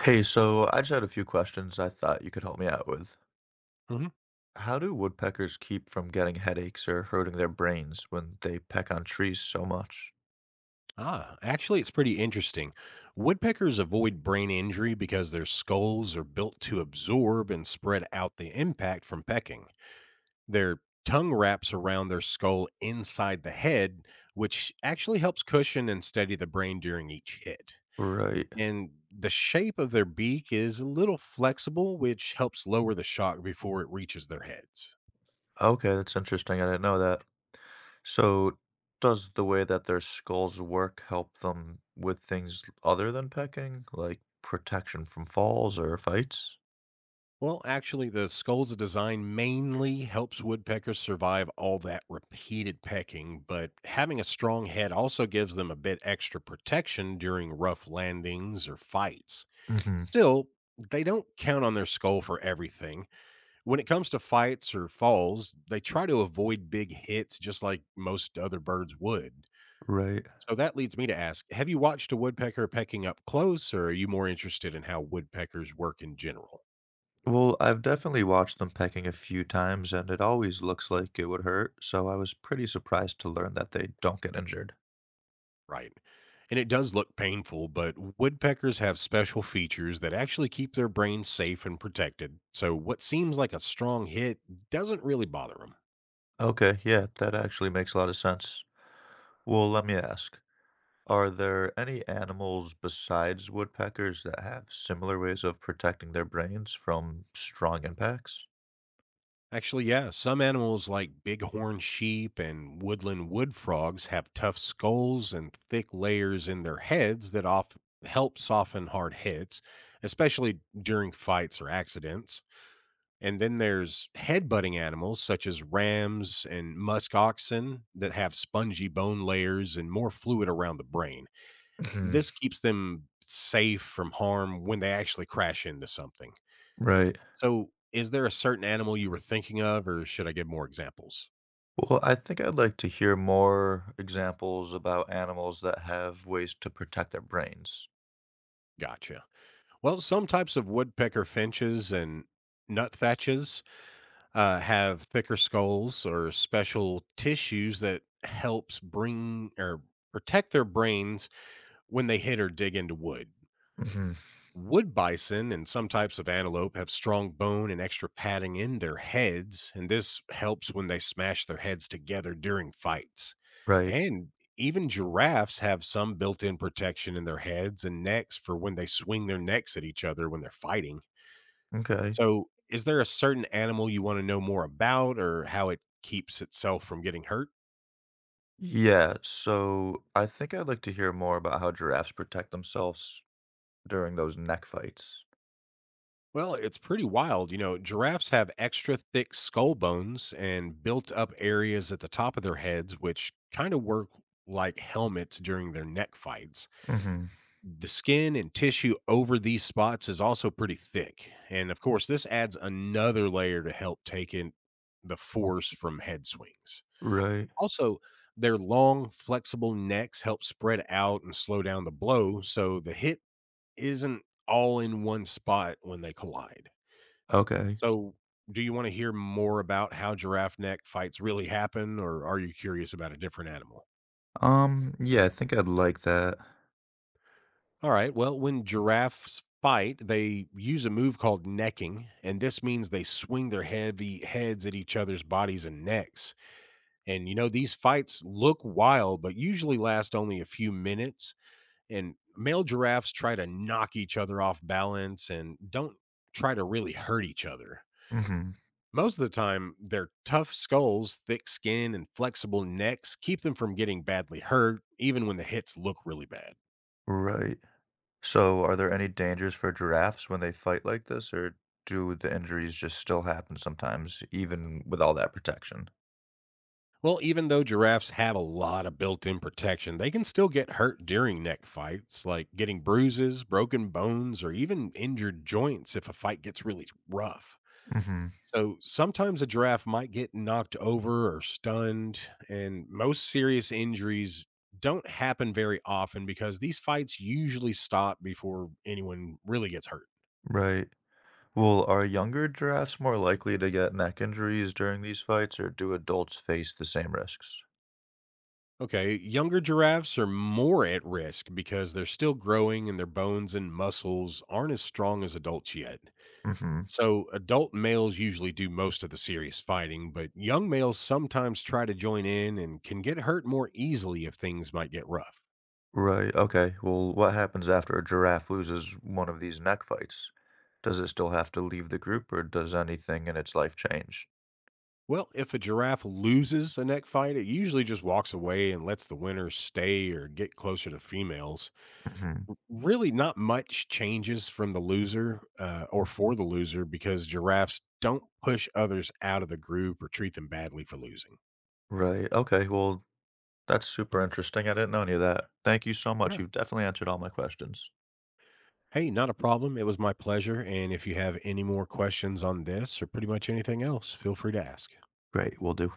Hey, so I just had a few questions I thought you could help me out with. Hmm. How do woodpeckers keep from getting headaches or hurting their brains when they peck on trees so much? Ah, actually, it's pretty interesting. Woodpeckers avoid brain injury because their skulls are built to absorb and spread out the impact from pecking. Their tongue wraps around their skull inside the head, which actually helps cushion and steady the brain during each hit. Right. And the shape of their beak is a little flexible, which helps lower the shock before it reaches their heads. Okay, that's interesting. I didn't know that. So, does the way that their skulls work help them with things other than pecking, like protection from falls or fights? Well, actually, the skull's design mainly helps woodpeckers survive all that repeated pecking, but having a strong head also gives them a bit extra protection during rough landings or fights. Mm-hmm. Still, they don't count on their skull for everything. When it comes to fights or falls, they try to avoid big hits just like most other birds would. Right. So that leads me to ask, have you watched a woodpecker pecking up close, or are you more interested in how woodpeckers work in general? Well, I've definitely watched them pecking a few times, and it always looks like it would hurt, so I was pretty surprised to learn that they don't get injured. Right. And it does look painful, but woodpeckers have special features that actually keep their brains safe and protected. So what seems like a strong hit doesn't really bother them. Okay, yeah, that actually makes a lot of sense. Well, let me ask, are there any animals besides woodpeckers that have similar ways of protecting their brains from strong impacts? Actually, yeah, some animals like bighorn sheep and woodland wood frogs have tough skulls and thick layers in their heads that often help soften hard hits, especially during fights or accidents. And then there's head-butting animals such as rams and musk oxen that have spongy bone layers and more fluid around the brain. Mhm. This keeps them safe from harm when they actually crash into something. Right. So, is there a certain animal you were thinking of, or should I give more examples? Well, I think I'd like to hear more examples about animals that have ways to protect their brains. Gotcha. Well, some types of woodpecker finches and nuthatches have thicker skulls or special tissues that helps bring or protect their brains when they hit or dig into wood. Mhm. Wood bison and some types of antelope have strong bone and extra padding in their heads, and this helps when they smash their heads together during fights. Right. And even giraffes have some built in protection in their heads and necks for when they swing their necks at each other when they're fighting. Okay. So, is there a certain animal you want to know more about or how it keeps itself from getting hurt? Yeah, so I think I'd like to hear more about how giraffes protect themselves during those neck fights. Well, it's pretty wild. You know, giraffes have extra thick skull bones and built up areas at the top of their heads, which kind of work like helmets during their neck fights. Hmm. The skin and tissue over these spots is also pretty thick. And of course, this adds another layer to help take in the force from head swings. Right. Also, their long, flexible necks help spread out and slow down the blow, so the hit isn't all in one spot when they collide. Okay. So, do you want to hear more about how giraffe neck fights really happen, or are you curious about a different animal? Yeah, I think I'd like that. All right. Well, when giraffes fight, they use a move called necking, and this means they swing their heavy heads at each other's bodies and necks. And you know, these fights look wild, but usually last only a few minutes. And male giraffes try to knock each other off balance and don't try to really hurt each other. Hmm. Most of the time, their tough skulls, thick skin, and flexible necks keep them from getting badly hurt, even when the hits look really bad. Right. So, are there any dangers for giraffes when they fight like this, or do the injuries just still happen sometimes, even with all that protection? Well, even though giraffes have a lot of built in protection, they can still get hurt during neck fights, like getting bruises, broken bones, or even injured joints if a fight gets really rough. Hmm. So sometimes a giraffe might get knocked over or stunned, and most serious injuries don't happen very often because these fights usually stop before anyone really gets hurt. Right. Well, are younger giraffes more likely to get neck injuries during these fights, or do adults face the same risks? Okay, younger giraffes are more at risk because they're still growing and their bones and muscles aren't as strong as adults yet. Hmm. So, adult males usually do most of the serious fighting, but young males sometimes try to join in and can get hurt more easily if things might get rough. Right. Okay. Well, what happens after a giraffe loses one of these neck fights? Does it still have to leave the group, or does anything in its life change? Well, if a giraffe loses a neck fight, it usually just walks away and lets the winner stay or get closer to females. Mhm. Really, not much changes from the loser or for the loser because giraffes don't push others out of the group or treat them badly for losing. Right, okay, well, that's super interesting, I didn't know any of that. Thank you so much, Yeah. you've definitely answered all my questions. Hey, not a problem. It was my pleasure. And if you have any more questions on this or pretty much anything else, feel free to ask. Great, we will do.